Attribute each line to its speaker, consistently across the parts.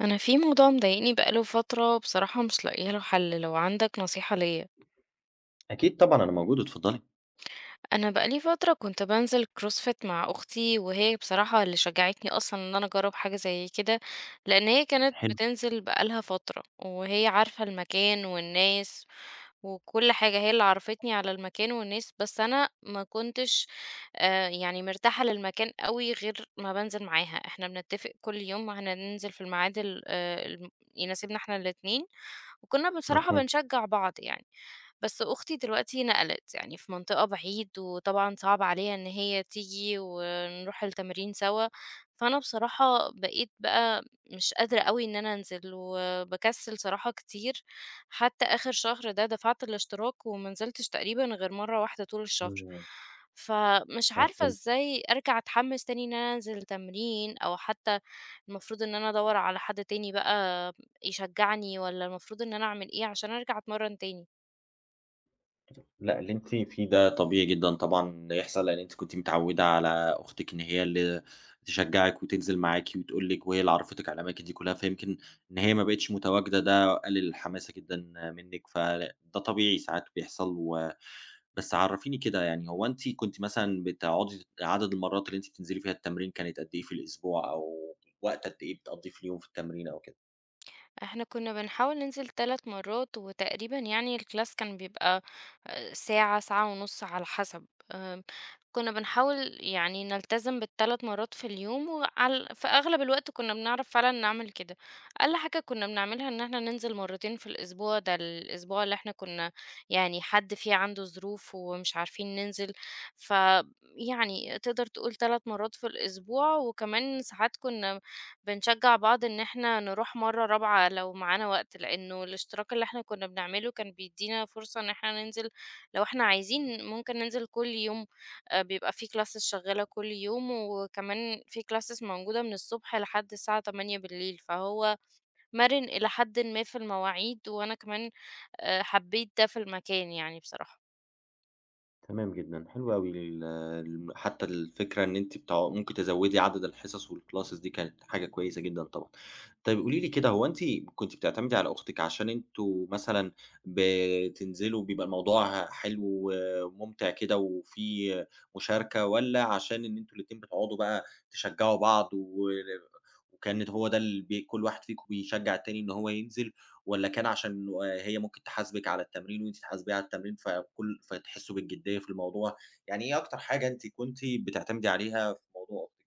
Speaker 1: انا في موضوع مضايقني بقاله فترة، بصراحة مش لاقيه له حل. لو عندك نصيحة ليا؟
Speaker 2: أكيد طبعًا أنا موجود، اتفضلي.
Speaker 1: انا بقالي فتره كنت بنزل كروسفيت مع اختي، وهي بصراحه اللي شجعتني اصلا ان انا اجرب حاجه زي كده، لان هي كانت
Speaker 2: حلو.
Speaker 1: بتنزل بقالها فتره وهي عارفه المكان والناس، وكل حاجه. هي اللي عرفتني على المكان والناس، بس انا ما كنتش يعني مرتاحه للمكان قوي غير ما بنزل معاها. احنا بنتفق كل يوم هننزل في الميعاد يناسبنا احنا الاتنين، وكنا بصراحه
Speaker 2: مفهوم.
Speaker 1: بنشجع بعض يعني. بس أختي دلوقتي نقلت يعني في منطقة بعيد، وطبعًا صعب عليها إن هي تيجي ونروح التمرين سوا، فأنا بصراحة بقيت بقى مش قادرة أوي إن أنا أنزل، وباكسل صراحة كتير. حتى آخر شهر ده دفعت الاشتراك وما نزلتش تقريبًا غير مرة واحدة طول الشهر،
Speaker 2: إمم.
Speaker 1: فمش عارفة
Speaker 2: مفهوم.
Speaker 1: إزاي أرجع أتحمس تاني إن أنا أنزل تمرين، أو حتى المفروض إن أنا أدوّر على حد تاني بقى يشجعني، والّا المفروض إن أنا أعمل إيه عشان أرجع أتمرن تاني؟
Speaker 2: لأ، اللي أنتِ فيه ده طبيعي جدًا طبعًا يحصل، لإن أنتِ كنتِ متعوّدة على أختِك إن هي اللي تشجّعِك وتنزل معاكِ وتقول لِك، وهي اللي عرّفتِك على الأماكن دي كلّها، فيمكن إن هي ما بقتش متواجدة ده قلِّل الحماسة جدًا منِّك، فده طبيعي ساعات بيحصل. بس عرّفيني كده، يعني هو أنتِ كنتِ مثلًا بتقعدي، عدد المرّات اللي أنتِ بتنزلي فيها التمرين كانت قد إيه في الأسبوع، أو وقت قد إيه بتقضّيه في اليوم في التمرين أو كده؟
Speaker 1: احنا كنا بنحاول ننزل 3 مرات، وتقريبا يعني الكلاس كان بيبقى ساعة ساعة ونص على حسب. آم، كنا بنحاول يعني نلتزم بال3 مرات في اليوم، وعلى في أغلب الوقت كنا بنعرف فعلا نعمل كده. أقل حاجة كنا بنعملها إن احنا ننزل 2 مرات في الأسبوع، ده الأسبوع اللي احنا كنا يعني حد فيه عنده ظروف ومش عارفين ننزل. ف يعني تقدر تقول 3 مرات في الأسبوع، وكمان ساعات كنا بنشجّع بعض إن إحنا نروح مرّة 4 لو معانا وقت، لإنه الاشتراك اللي إحنا كنّا بنعمله كان بيدّينا فرصة إن إحنا ننزل لو إحنا عايزين، ممكن ننزل كل يوم. بيبقى في classes شغّالة كل يوم، وكمان في classes موجودة من الصبح لحد الساعة 20:00، فهو مَرِن إلى حدٍ ما في المواعيد، وأنا كمان حبّيت ده في المكان يعني بصراحة.
Speaker 2: تمام جدًا، حلو أوي ال الم حتى الفكرة إن أنتِ ممكن تزوّدي عدد الحصص والclasses دي كانت حاجة كويسة جدًا طبعًا. طيب قولي لي كده، هو أنتِ كنتِ بتعتمدي على أختِك عشان أنتم مثلًا بتنزلوا بيبقى الموضوع حلو وممتع كده وفي مشاركة، والّا عشان إن أنتم الاتنين بتقعدوا بقى تشجّعوا بعض، وكانت هو ده ال بي كل واحد فيكم بيشجّع التاني إن هو ينزل؟ والّا كان عشان هي ممكن تحاسبِك على التمرين وأنتِ تحاسبيها على التمرين، فتحسوا بالجدية في الموضوع؟ يعني إيه أكتر حاجة أنتِ كنتِ بتعتمدي عليها في موضوع أختِك؟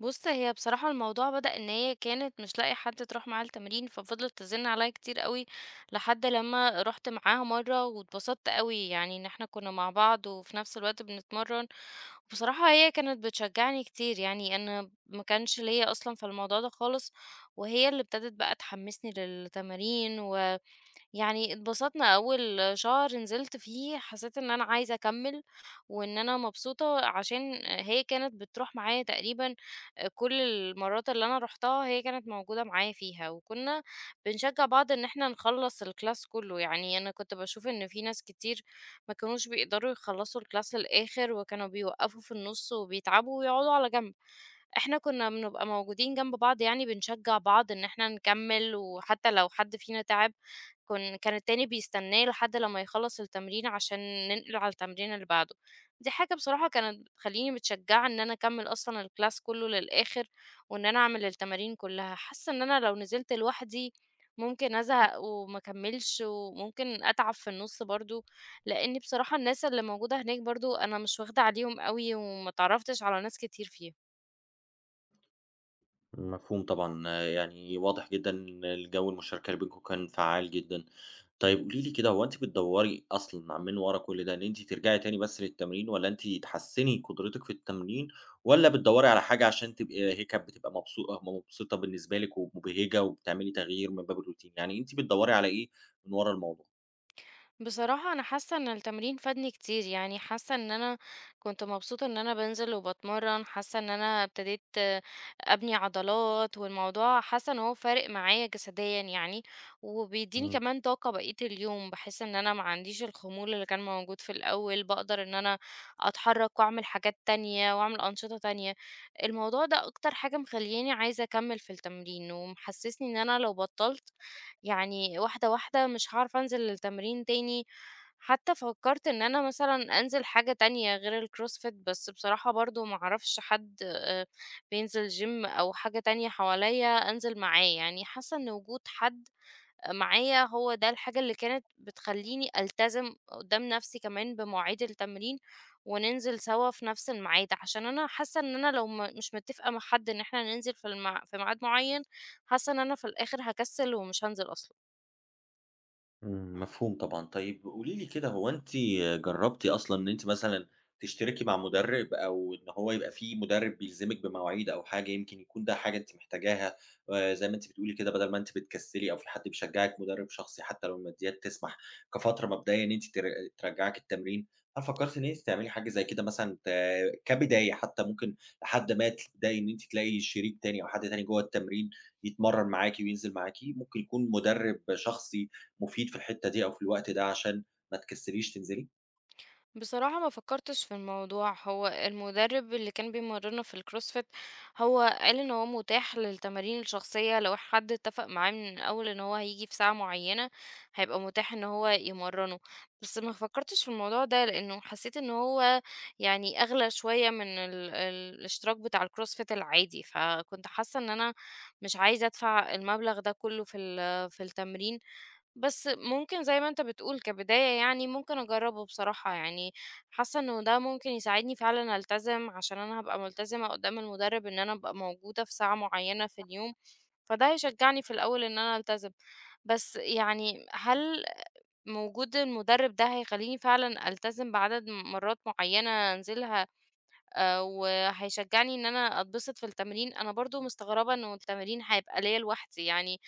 Speaker 1: بُص، هي بصراحة الموضوع بدأ إن هي كانت مش لاقية حد تروح معاه التمرين، ففضلت تزن عليّا كتير أوي، لحد لمّا رُحت معاها مرّة واتبسطت أوي، يعني إن إحنا كنا مع بعض وفي نفس الوقت بنتمرّن. بصراحة هي كانت بتشجّعني كتير، يعني أنا ما كانش ليّا أصلًا في الموضوع ده خالص، وهي اللي ابتدت بقى تحمّسني للتمارين و يعني اتبسطنا. أول شهر نزلت فيه حسيت إن أنا عايزة أكمّل، وإن أنا مبسوطة، عشان هي كانت بتروح معايا تقريبًا كل المرات اللي أنا رُحتها، هي كانت موجودة معايا فيها، وكنا بنشجّع بعض إن إحنا نخلّص الclass كلّه. يعني أنا كنت باشوف إن في ناس كتير ما كانوش بيقدروا يخلّصوا الclass للآخر، وكانوا بيوقّفوا في النُص وبيتعبوا ويقعدوا على جنب. إحنا كنا بنبقى موجودين جنب بعض، يعني بنشجّع بعض إن إحنا نكمّل، وحتى لو حد فينا تعب، كان التاني بيستناه لحد لمّا يخلّص التمرين عشان ننقل على التمرين اللي بعده. دي حاجة بصراحة كانت بتخلّيني متشجّعة إن أنا أكمّل أصلًا الclass كُلّه للآخر، وإن أنا أعمل التمارين كُلّها. حاسة إن أنا لو نزلت لوحدي ممكن أزهق وما أكمّلش، وممكن أتعب في النُص برضه، لإن بصراحة الناس اللي موجودة هناك، برضه أنا مش واخدة عليهم أوي، وما اتعرّفتش على ناس كتير فيها.
Speaker 2: مفهوم طبعًا. يعني واضح جدًا إن الجو، المشاركة اللي بينكم، كان فعّال جدًا. طيب قولي لي كده، هو أنتِ بتدوّري أصلًا من ورا كل ده إن أنتِ ترجعي تاني بس للتمرين، والّا أنتِ تحسّني قدرتِك في التمرين، والّا بتدوّري على حاجة عشان تبقي هيك بتبقى مبسوطة بالنسبة لِك ومبهجة، وبتعملي تغيير من باب الروتين؟ يعني أنتِ بتدوّري على إيه من ورا الموضوع؟
Speaker 1: بصراحة أنا حاسة إن التمرين فادني كتير. يعني حاسة إن أنا كنت مبسوطة إن أنا بنزل وبتمرن. حاسة إن أنا ابتديت أبني عضلات، والموضوع حاسة إن هو فارق معايا جسديا يعني، وبيديني
Speaker 2: إمم،
Speaker 1: كمان طاقة بقية اليوم. بحس إن أنا ما عنديش الخمول اللي كان موجود في الأول، بقدر إن أنا أتحرك وأعمل حاجات تانية، وأعمل أنشطة تانية. الموضوع ده أكتر حاجة مخلياني عايزة أكمل في التمرين، ومحسسني إن أنا لو بطلت، يعني واحدة واحدة مش هاعرف أنزل التمرين تاني. حتى فكرت إن أنا مثلًا أنزل حاجة تانية غير الكروسفيت، بس بصراحة برضه ما أعرفش حد بينزل جيم أو حاجة تانية حواليّا أنزل معاه. يعني حاسة إن وجود حد معايا هو ده الحاجة اللي كانت بتخلّيني ألتزم قدّام نفسي كمان بمواعيد التمرين، وننزل سوا في نفس الميعاد، عشان أنا حاسة إن أنا لو ما مش متفقة مع حد إن إحنا ننزل في ميعاد معين، حاسة إن أنا في الآخر هاكسل ومش هانزل أصلًا.
Speaker 2: إمم، مفهوم طبعًا. طيب قولي لي كده، هو أنتِ جرّبتِ أصلًا إن أنتِ مثلًا تشتركي مع مُدرِّب، أو إن هو يبقى في مُدرِّب بيلزمِك بمواعيد أو حاجة؟ يمكن يكون ده حاجة أنتِ محتاجاها، زي ما أنتِ بتقولي كده، بدل ما أنتِ بتكسّلي أو في حد بيشجّعِك، مُدرِّب شخصي حتى لو الماديات تسمح، كفترة مبدئية إن أنتِ ترجّعِك التمرين. هل فكّرتِ إن أنتِ تعملي حاجة زي كده مثلًا كبداية؟ حتى ممكن لحد ما تبدئي إن أنتِ تلاقي شريك تاني أو حد تاني جوّه التمرين يتمرّن معاكِ وينزل معاكِ، ممكن يكون مُدرِّب شخصي مفيد في الحتة دي أو في الوقت ده عشان ما تكسّليش تنزلي.
Speaker 1: بصراحة ما فكرتش في الموضوع. هو المدرب اللي كان بيمرنا في الكروسفيت، هو قال ان هو متاح للتمارين الشخصية، لو حد اتفق معاه من الاول ان هو هيجي في ساعة معينة، هيبقى متاح ان هو يمرنه. بس ما فكرتش في الموضوع ده لانه حسيت ان هو يعني اغلى شوية من الاشتراك بتاع الكروسفيت العادي، فكنت حاسة ان انا مش عايزة ادفع المبلغ ده كله في التمرين. بس ممكن زي ما أنت بتقول، كبداية يعني ممكن أجرّبه بصراحة. يعني حاسة إنه ده ممكن يساعدني فعلًا ألتزم، عشان أنا هابقى ملتزمة قدّام المُدرِّب إن أنا أبقى موجودة في ساعة معيّنة في اليوم، فده هيشجّعني في الأول إن أنا ألتزم. بس يعني هل وجود المُدرِّب ده هيخلّيني فعلًا ألتزم بعدد مرات معيّنة أنزلها وهيشجّعني إن أنا أتبسط في التمرين؟ أنا برضه مستغربة إنه التمرين هيبقى ليّا لوحدي، يعني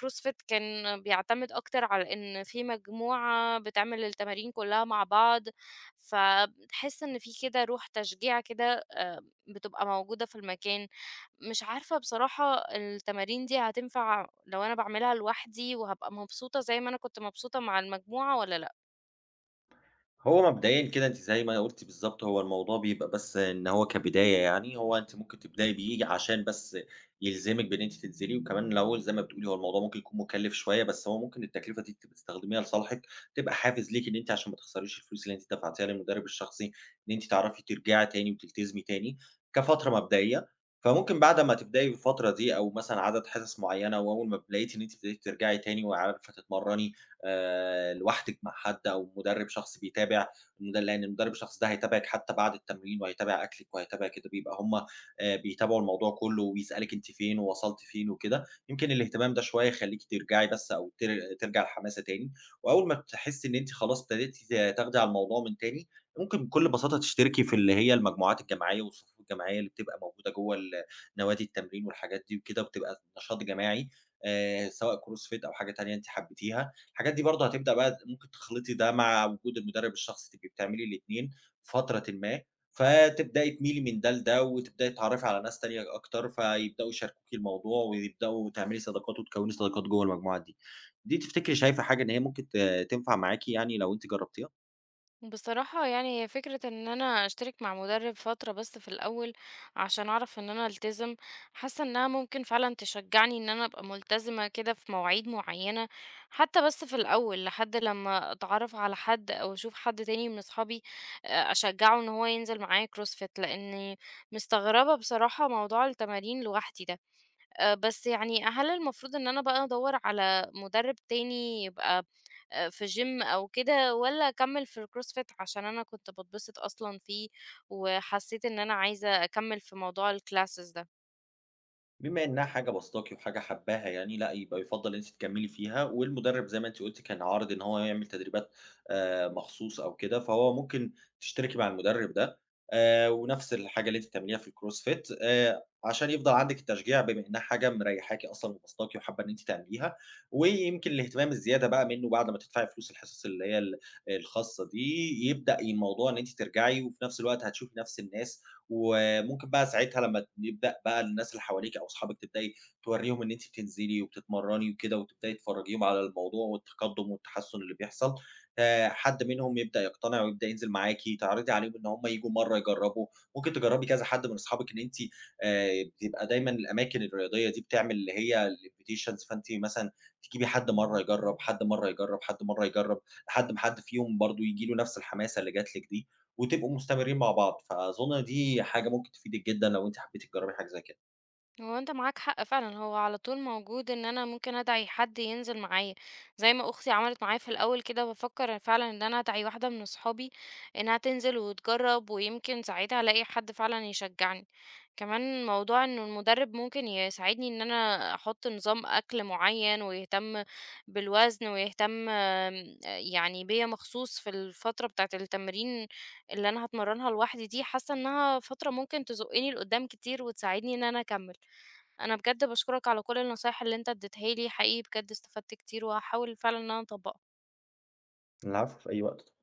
Speaker 1: CrossFit كان بيعتمد أكتر على إن في مجموعة بتعمل التمارين كلّها مع بعض، فتحس إن في كده روح تشجيع كده بتبقى موجودة في المكان. مش عارفة بصراحة التمارين دي هتنفع لو أنا باعملها لوحدي، وهابقى مبسوطة زي ما أنا كنت مبسوطة مع المجموعة، والّا لأ؟
Speaker 2: هو مبدئيًا كده أنتِ زي ما قُلتِ بالضبط، هو الموضوع بيبقى بس إن هو كبداية يعني، هو أنتِ ممكن تبدئي بيه عشان بس يلزمِك بإن أنتِ تنزلي. وكمان الأول زي ما بتقولي، هو الموضوع ممكن يكون مكلِّف شوية، بس هو ممكن التكلفة دي تبقي تستخدميها لصالحِك، تبقى حافز ليكِ إن أنتِ عشان ما تخسريش الفلوس اللي أنتِ دفعتيها للمدرب الشخصي، إن أنتِ تعرفي ترجعي تاني وتلتزمي تاني كفترة مبدئية. فممكن بعد ما تبدئي بالفترة دي، أو مثلًا عدد حصص معينة، وأول ما لقيتِ إن أنتِ ابتديتِ ترجعي تاني وعارفة تتمرّني لوحدِك مع حد أو مُدرِّب شخص بيتابع، لإن المُدرِّب الشخص ده هيتابعِك حتى بعد التمرين، وهيتابع أكلِك وهيتابع كده، بيبقى هم بيتابعوا الموضوع كُلّه، وبيسألِك أنتِ فين ووصلتِ فين وكده، يمكن الاهتمام ده شوية يخلّيكِ ترجعي، بس أو ترجع الحماسة تاني. وأول ما تحسّي إن أنتِ خلاص ابتديتِ تاخدي على الموضوع من تاني، ممكن بكل بساطة تشتركي في اللي هي المجموعات الجماعية والصفوف الجماعية اللي بتبقى موجودة جوّه نوادي التمرين والحاجات دي وكده، وبتبقى نشاط جماعي، سواء CrossFit أو حاجة تانية أنتِ حبّيتيها. الحاجات دي برضه هتبدأ بقى، ممكن تخلطي ده مع وجود المدرب الشخصي، تبقي بتعملي الاتنين فترةٍ ما، فتبدئي تميلي من ده لده، وتبدئي تتعرّفي على ناس تانية أكتر، فيبدؤوا يشاركوكِ الموضوع، ويبدؤوا تعملي صداقات وتكوّني صداقات جوّه المجموعة دي. دي تفتكري شايفة حاجة إن هي ممكن تنفع معاكِ يعني لو أنتِ جرّبتيها؟
Speaker 1: بصراحة يعني هي فكرة ان انا اشترك مع مدرب فترة بس في الاول عشان اعرف ان انا التزم. حاسة انها ممكن فعلا تشجعني ان انا ابقى ملتزمة كده في مواعيد معينة، حتى بس في الاول، لحد لما اتعرف على حد او اشوف حد تاني من اصحابي اشجعه ان هو ينزل معايا كروسفيت، لاني مستغربة بصراحة موضوع التمارين لوحدي ده. بس يعني هل المفروض ان انا بقى ادور على مدرب تاني يبقى في gym أو كده، والّا أكمّل في الcrossfit عشان أنا كنت باتبسط أصلًا فيه، وحسّيت إن أنا عايزة أكمّل في موضوع الclasses ده؟
Speaker 2: بما إنها حاجة باسطاكِ وحاجة حباها يعني، لأ، يبقى يُفضّل إن أنتِ تكمّلي فيها، والمُدرّب زي ما أنتِ قُلتِ كان عارض إن هو يعمل تدريبات مخصوص أو كده، فهو ممكن تشتركي مع المُدرّب ده، ونفس الحاجة اللي أنتِ بتعمليها في الcrossfit، عشان يفضل عندِك التشجيع، بما إنها حاجة مريّحاكِ أصلًا وباسطاكِ وحابة إن أنتِ تعمليها. ويمكن الاهتمام الزيادة بقى منّه بعد ما تدفعي فلوس الحصص اللي هي الخاصة دي، يبدأ الموضوع إن أنتِ ترجعي، وفي نفس الوقت هتشوفي نفس الناس. و وممكن بقى ساعتها لمّا يبدأ بقى الناس اللي حواليكِ أو أصحابِك، تبدئي تورّيهم إن أنتِ بتنزلي وبتتمرّني وكده، وتبدئي تفرّجيهم على الموضوع والتقدُّم والتحسُّن اللي بيحصل، حد منهم يبدأ يقتنع ويبدأ ينزل معاكِ، تعرضي عليهم إن هم ييجوا مرّة يجرّبوا. ممكن تجرّبي كذا حد من أصحابِك إن أنتِ بتبقى دايمًا الأماكن الرياضية دي بتعمل اللي هي الinvitations، فأنتِ مثلًا تجيبي حد مرّة يجرّب، حد مرّة يجرّب، حد مرّة يجرّب، لحد ما حد فيهم برضه ييجي له نفس الحماسة اللي جات لِك دي، وتبقوا مستمرين مع بعض. فأظن دي حاجة ممكن تفيدِك جدًا لو أنتِ حبيتِ تجربي حاجة زي كده.
Speaker 1: هو انت معاك حق فعلا. هو على طول موجود ان انا ممكن ادعي حد ينزل معايا زي ما اختي عملت معايا في الاول كده. بفكر فعلا ان انا ادعي واحده من اصحابي انها تنزل وتجرب، ويمكن ساعتها الاقي حد فعلا يشجعني. كمان موضوع ان المدرب ممكن يساعدني ان انا احط نظام اكل معين، ويهتم بالوزن، ويهتم يعني بيا مخصوص في الفتره بتاعه التمرين اللي انا هتمرنها لوحدي دي. حاسه انها فتره ممكن تزقني لقدام كتير، وتساعدني ان انا اكمل. انا بجد باشكرك على كل النصايح اللي انت اديتها لي، حقيقي بجد استفدت كتير، وهحاول فعلا ان انا اطبقها.
Speaker 2: العفو، في أي وقت.